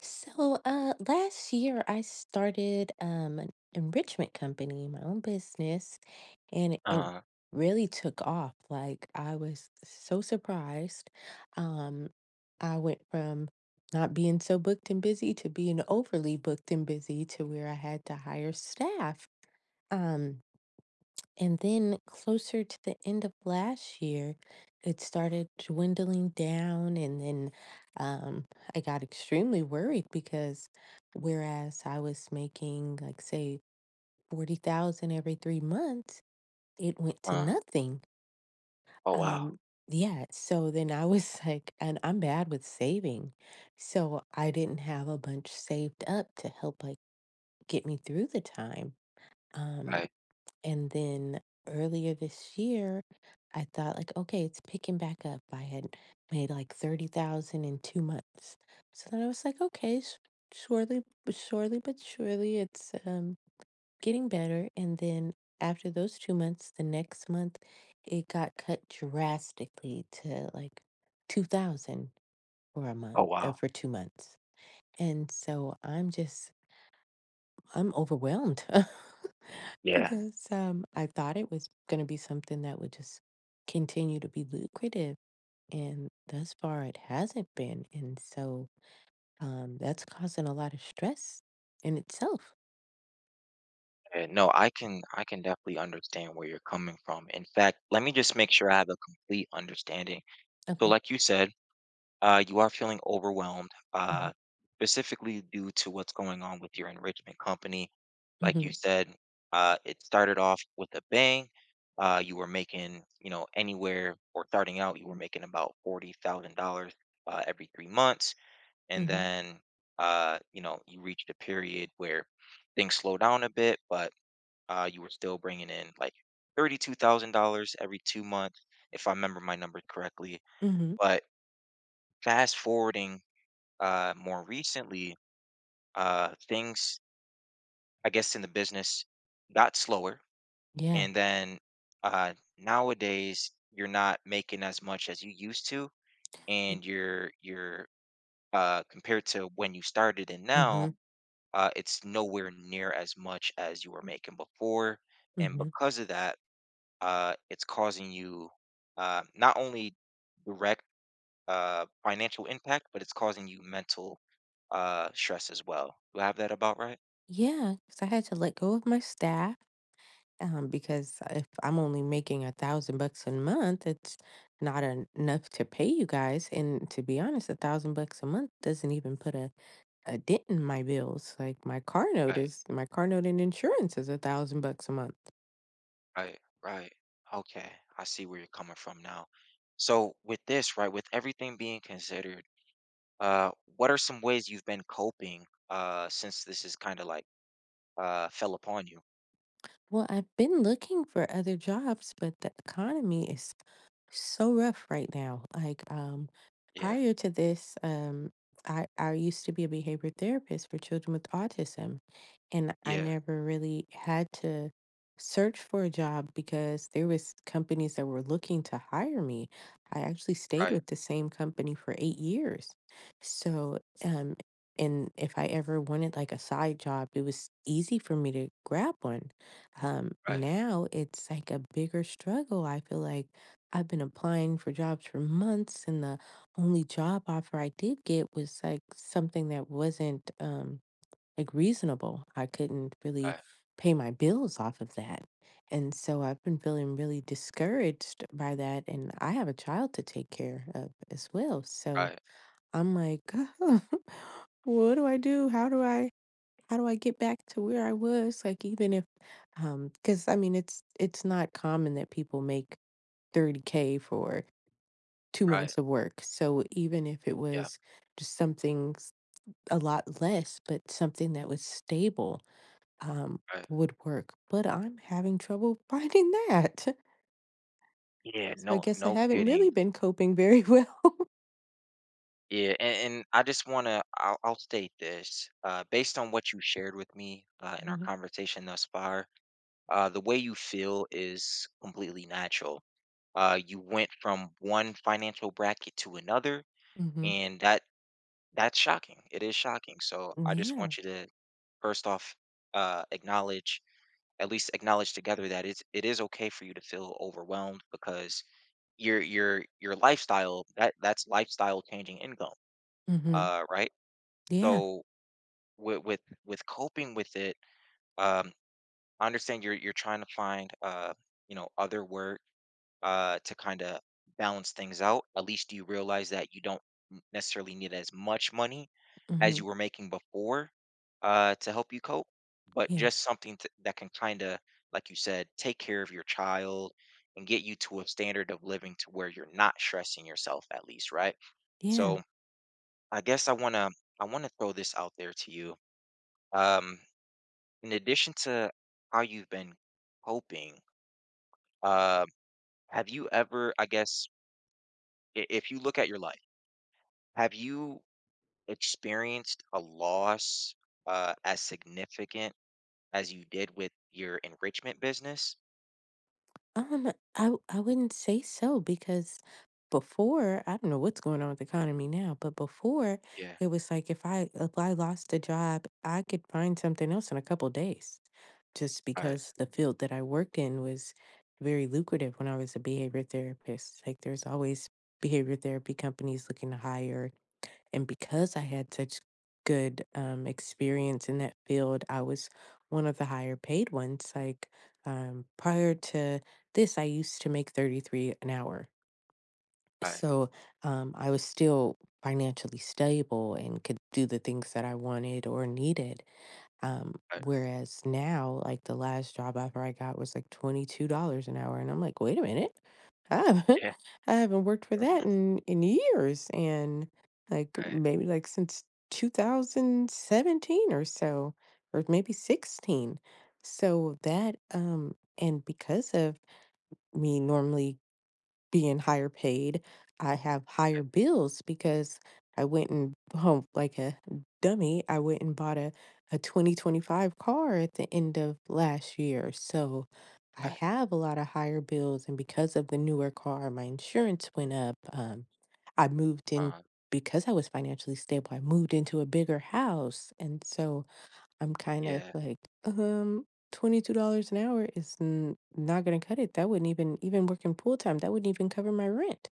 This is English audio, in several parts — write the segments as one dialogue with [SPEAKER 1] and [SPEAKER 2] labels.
[SPEAKER 1] So, last year I started an enrichment company, my own business, and it
[SPEAKER 2] Uh-huh,
[SPEAKER 1] really took off. Like, I was so surprised. Um, I went from not being so booked and busy to being overly booked and busy to where I had to hire staff. Um, and then closer to the end of last year, it started dwindling down. And then um, I got extremely worried because whereas I was making, like, say, 40,000 every 3 months, it went to
[SPEAKER 2] uh.
[SPEAKER 1] nothing.
[SPEAKER 2] Oh, wow.
[SPEAKER 1] Um, yeah. So then I was like, and I'm bad with saving. So I didn't have a bunch saved up to help, like, get me through the time. Um,
[SPEAKER 2] Right.
[SPEAKER 1] and then earlier this year, I thought like, okay, it's picking back up. I had made like 30,000 in 2 months. So then I was like, okay, surely, but surely, but surely it's getting better. And then after those 2 months, the next month, it got cut drastically to like 2,000 for a month
[SPEAKER 2] Oh,
[SPEAKER 1] or
[SPEAKER 2] wow.
[SPEAKER 1] for 2 months. And so I'm overwhelmed.
[SPEAKER 2] Yeah.
[SPEAKER 1] Because I thought it was going to be something that would just continue to be lucrative, and thus far it hasn't been. And so that's causing a lot of stress in itself.
[SPEAKER 2] Yeah, no, I can definitely understand where you're coming from. In fact, let me just make sure I have a complete understanding. So
[SPEAKER 1] Okay.
[SPEAKER 2] like you said, you are feeling overwhelmed,
[SPEAKER 1] Hmm.
[SPEAKER 2] specifically due to what's going on with your enrichment company. Like you
[SPEAKER 1] Hmm.
[SPEAKER 2] said, it started off with a bang. You were making, anywhere or starting out, you were making about $40,000 every 3 months. And
[SPEAKER 1] Hmm.
[SPEAKER 2] then you reached a period where things slow down a bit, but you were still bringing in like $32,000 every 2 months, if I remember my number correctly.
[SPEAKER 1] Hmm.
[SPEAKER 2] But fast forwarding more recently, things, I guess, in the business got slower,
[SPEAKER 1] Yeah.
[SPEAKER 2] and then nowadays you're not making as much as you used to, and you're compared to when you started and now
[SPEAKER 1] Mm-hmm.
[SPEAKER 2] it's nowhere near as much as you were making before. And
[SPEAKER 1] Mm-hmm.
[SPEAKER 2] because of that, it's causing you not only direct financial impact, but it's causing you mental stress as well. You have that about right?
[SPEAKER 1] Yeah, because I had to let go of my staff because if I'm only making 1,000 bucks a month, it's not en- enough to pay you guys. And to be honest, 1,000 bucks a month doesn't even put a dent in my bills. Like, my car note
[SPEAKER 2] Right,
[SPEAKER 1] is my car note, and insurance is 1,000 bucks a month.
[SPEAKER 2] right, right. Okay, I see where you're coming from now. So with this, right, with everything being considered, uh, what are some ways you've been coping since this is kind of like fell upon you?
[SPEAKER 1] Well, I've been looking for other jobs, but the economy is so rough right now. Like,
[SPEAKER 2] Yeah,
[SPEAKER 1] prior to this, I used to be a behavior therapist for children with autism, and I
[SPEAKER 2] yeah,
[SPEAKER 1] never really had to search for a job because there was companies that were looking to hire me. I actually stayed
[SPEAKER 2] right,
[SPEAKER 1] with the same company for 8 years. So, um, and if I ever wanted like a side job, it was easy for me to grab one.
[SPEAKER 2] right,
[SPEAKER 1] Now it's like a bigger struggle. I feel like I've been applying for jobs for months, and the only job offer I did get was like something that wasn't like reasonable. I couldn't really
[SPEAKER 2] right.
[SPEAKER 1] pay my bills off of that. And so I've been feeling really discouraged by that. And I have a child to take care of as well. So
[SPEAKER 2] Right,
[SPEAKER 1] I'm like, what do I do? How do I get back to where I was? Like, even if because I mean it's not common that people make 30K for two
[SPEAKER 2] right,
[SPEAKER 1] months of work. So even if it
[SPEAKER 2] yeah,
[SPEAKER 1] was just something a lot less, but something that was stable um
[SPEAKER 2] right.
[SPEAKER 1] would work. But I'm having trouble finding that.
[SPEAKER 2] Yeah,
[SPEAKER 1] So I
[SPEAKER 2] no,
[SPEAKER 1] guess I
[SPEAKER 2] no
[SPEAKER 1] haven't really
[SPEAKER 2] kidding.
[SPEAKER 1] been coping very well.
[SPEAKER 2] Yeah, and I just wanna I'll state this, based on what you shared with me, in our conversation thus far, the way you feel is completely natural. You went from one financial bracket to another,
[SPEAKER 1] Mm-hmm.
[SPEAKER 2] and that's shocking. It is shocking, so I just
[SPEAKER 1] Yeah.
[SPEAKER 2] want you to first off, acknowledge, at least acknowledge together, that it is okay for you to feel overwhelmed, because your lifestyle, that's lifestyle changing income,
[SPEAKER 1] Mm-hmm.
[SPEAKER 2] right?
[SPEAKER 1] Yeah.
[SPEAKER 2] So with with with coping with it, um I understand you're trying to find other work to kind of balance things out. At least you realize that you don't necessarily need as much money as
[SPEAKER 1] Mm-hmm.
[SPEAKER 2] you were making before, to help you cope, but
[SPEAKER 1] Yeah.
[SPEAKER 2] just something t that can kinda, like you said, take care of your child and get you to a standard of living to where you're not stressing yourself at least, right?
[SPEAKER 1] Yeah.
[SPEAKER 2] So, I guess I wanna throw this out there to you. Um, in addition to how you've been coping, uh, have you ever, I guess, I if you look at your life, have you experienced a loss as significant as you did with your enrichment business?
[SPEAKER 1] I wouldn't say so because before, I don't know what's going on with the economy now, but before
[SPEAKER 2] Yeah,
[SPEAKER 1] it was like if I lost a job, I could find something else in a couple days just
[SPEAKER 2] I,
[SPEAKER 1] because the field that I worked in was very lucrative when I was a behavior therapist. Like, there's always behavior therapy companies looking to hire, and because I had such good experience in that field, I was one of the higher paid ones. Like, prior to this, I used to make 33 an hour.
[SPEAKER 2] I,
[SPEAKER 1] So I was still financially stable and could do the things that I wanted or needed. Um,
[SPEAKER 2] I,
[SPEAKER 1] Whereas now, like, the last job offer I got was like $22 an hour. And I'm like, wait a minute. I haven't
[SPEAKER 2] yeah,
[SPEAKER 1] I haven't worked for that in years and like
[SPEAKER 2] I,
[SPEAKER 1] maybe like since 2017 or so or maybe 16. So that and because of me normally being higher paid, I have higher
[SPEAKER 2] I,
[SPEAKER 1] bills because I went and home like a dummy. I went and bought a 2025 car at the end of last year. So I
[SPEAKER 2] I,
[SPEAKER 1] have a lot of higher bills. And because of the newer car, my insurance went up. I moved in
[SPEAKER 2] um,
[SPEAKER 1] because I was financially stable. I moved into a bigger house. And so I'm kind of
[SPEAKER 2] yeah,
[SPEAKER 1] like, um, $22 an hour is not going to cut it. That wouldn't even, even working full time, that wouldn't even cover my rent.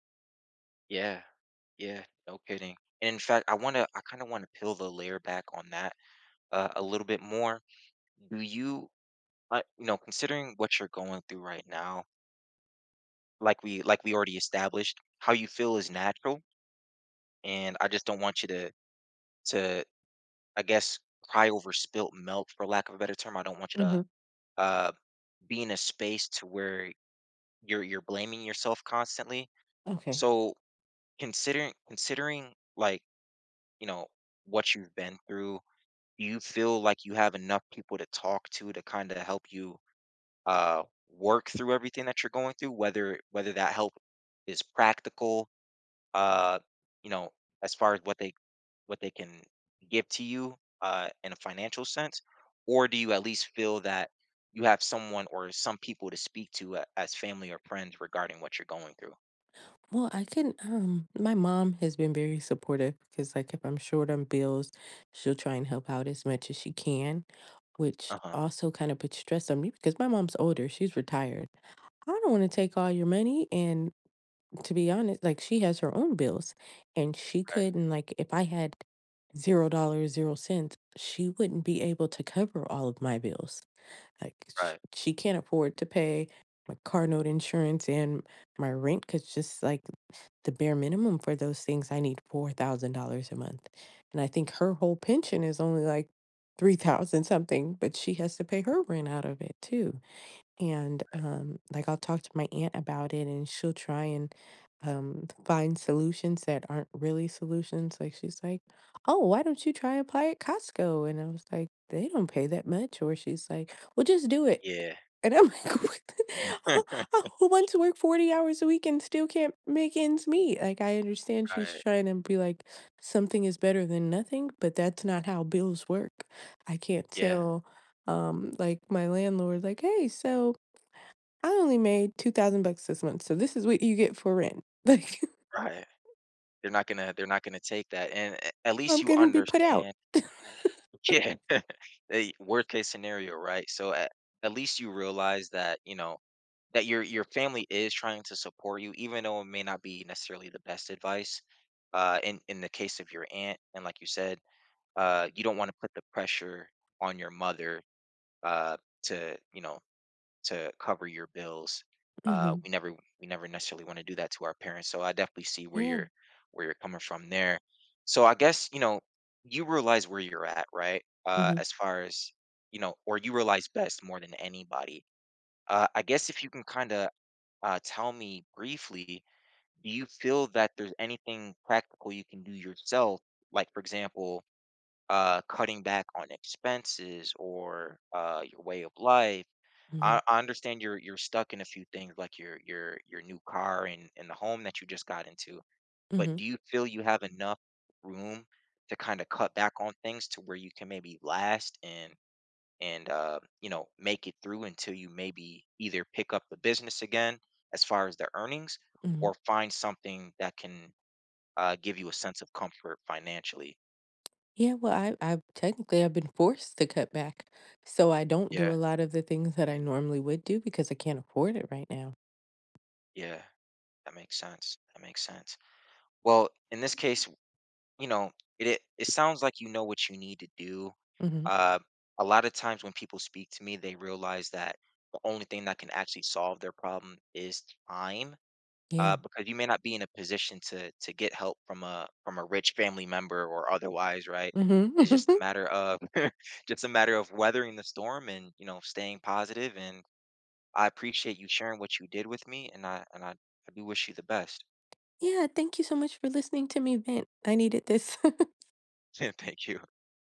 [SPEAKER 2] yeah, yeah, no kidding. And in fact, I kind of want to peel the layer back on that a little bit more. Do you, considering what you're going through right now, like we already established, how you feel is natural, and I just don't want you to, to, I guess, cry over spilt milk, for lack of a better term. I don't want you to
[SPEAKER 1] Hmm.
[SPEAKER 2] uh, be in a space to where you're blaming yourself constantly.
[SPEAKER 1] Okay.
[SPEAKER 2] So, considering like, you know, what you've been through, do you feel like you have enough people to talk to, kind of help you uh work through everything that you're going through, whether that help is practical, uh, you know, as far as what they can give to you in a financial sense, or do you at least feel that you have someone or some people to speak to as family or friends regarding what you're going through?
[SPEAKER 1] Well, I can my mom has been very supportive because like, if I'm short on bills, she'll try and help out as much as she can, which
[SPEAKER 2] Uh-huh.
[SPEAKER 1] also kind of puts stress on me because my mom's older, she's retired. I don't want to take all your money, and to be honest, like, she has her own bills, and she
[SPEAKER 2] Right,
[SPEAKER 1] couldn't, like, if I had $0, 0 cents, she wouldn't be able to cover all of my bills. Like,
[SPEAKER 2] right.
[SPEAKER 1] she can't afford to pay my car note insurance and my rent because just like the bare minimum for those things, I need $4,000 a month. And I think her whole pension is only like 3,000 something, but she has to pay her rent out of it too. And like, I'll talk to my aunt about it, and she'll try and find solutions that aren't really solutions. Like, she's like, oh, why don't you try apply at Costco? And I was like, they don't pay that much. Or she's like, well, just do it.
[SPEAKER 2] Yeah.
[SPEAKER 1] And I'm like, I want to work 40 hours a week and still can't make ends meet. Like, I understand she's
[SPEAKER 2] Right.
[SPEAKER 1] trying to be like, something is better than nothing, but that's not how bills work. I can't
[SPEAKER 2] Yeah,
[SPEAKER 1] tell like my landlord like, hey, so I only made 2,000 bucks this month. So this is what you get for rent. Like,
[SPEAKER 2] right. They're not gonna take that, and a at least
[SPEAKER 1] I'm
[SPEAKER 2] you
[SPEAKER 1] going to be put out.
[SPEAKER 2] understand. Yeah. The worst case scenario, right? So, at least you realize that your family is trying to support you, even though it may not be necessarily the best advice. In the case of your aunt, and like you said, you don't want to put the pressure on your mother, uh, to, cover your bills.
[SPEAKER 1] Mhm.
[SPEAKER 2] We never necessarily want to do that to our parents. So I definitely see where
[SPEAKER 1] Yeah.
[SPEAKER 2] you're coming from there. So, I guess you realize where you're at, right?
[SPEAKER 1] Mhm.
[SPEAKER 2] As far as you know, or you realize best more than anybody. I guess if you can kind of tell me briefly, do you feel that there's anything practical you can do yourself? Like, for example, cutting back on expenses or your way of life.
[SPEAKER 1] Mhm.
[SPEAKER 2] I understand you're stuck in a few things like your new car and the home that you just got into. But
[SPEAKER 1] Mhm.
[SPEAKER 2] do you feel you have enough room to kind of cut back on things to where you can maybe last and make it through until you maybe either pick up the business again as far as the earnings,
[SPEAKER 1] Mhm.
[SPEAKER 2] or find something that can give you a sense of comfort financially.
[SPEAKER 1] Yeah, well, I technically I've been forced to cut back. So I don't do
[SPEAKER 2] Yeah,
[SPEAKER 1] a lot of the things that I normally would do because I can't afford it right now.
[SPEAKER 2] yeah. That makes sense. That makes sense. Well, in this case, you know, it sounds like you know what you need to do.
[SPEAKER 1] Mhm.
[SPEAKER 2] Uh, a lot of times when people speak to me, they realize that the only thing that can actually solve their problem is time.
[SPEAKER 1] Yeah.
[SPEAKER 2] Because you may not be in a position to get help from a rich family member or otherwise, right?
[SPEAKER 1] Mhm.
[SPEAKER 2] It's just a matter of just a matter of weathering the storm and staying positive. And I appreciate you sharing what you did with me, and I do wish you the best.
[SPEAKER 1] Yeah, thank you so much for listening to me vent. I needed this.
[SPEAKER 2] Thank you.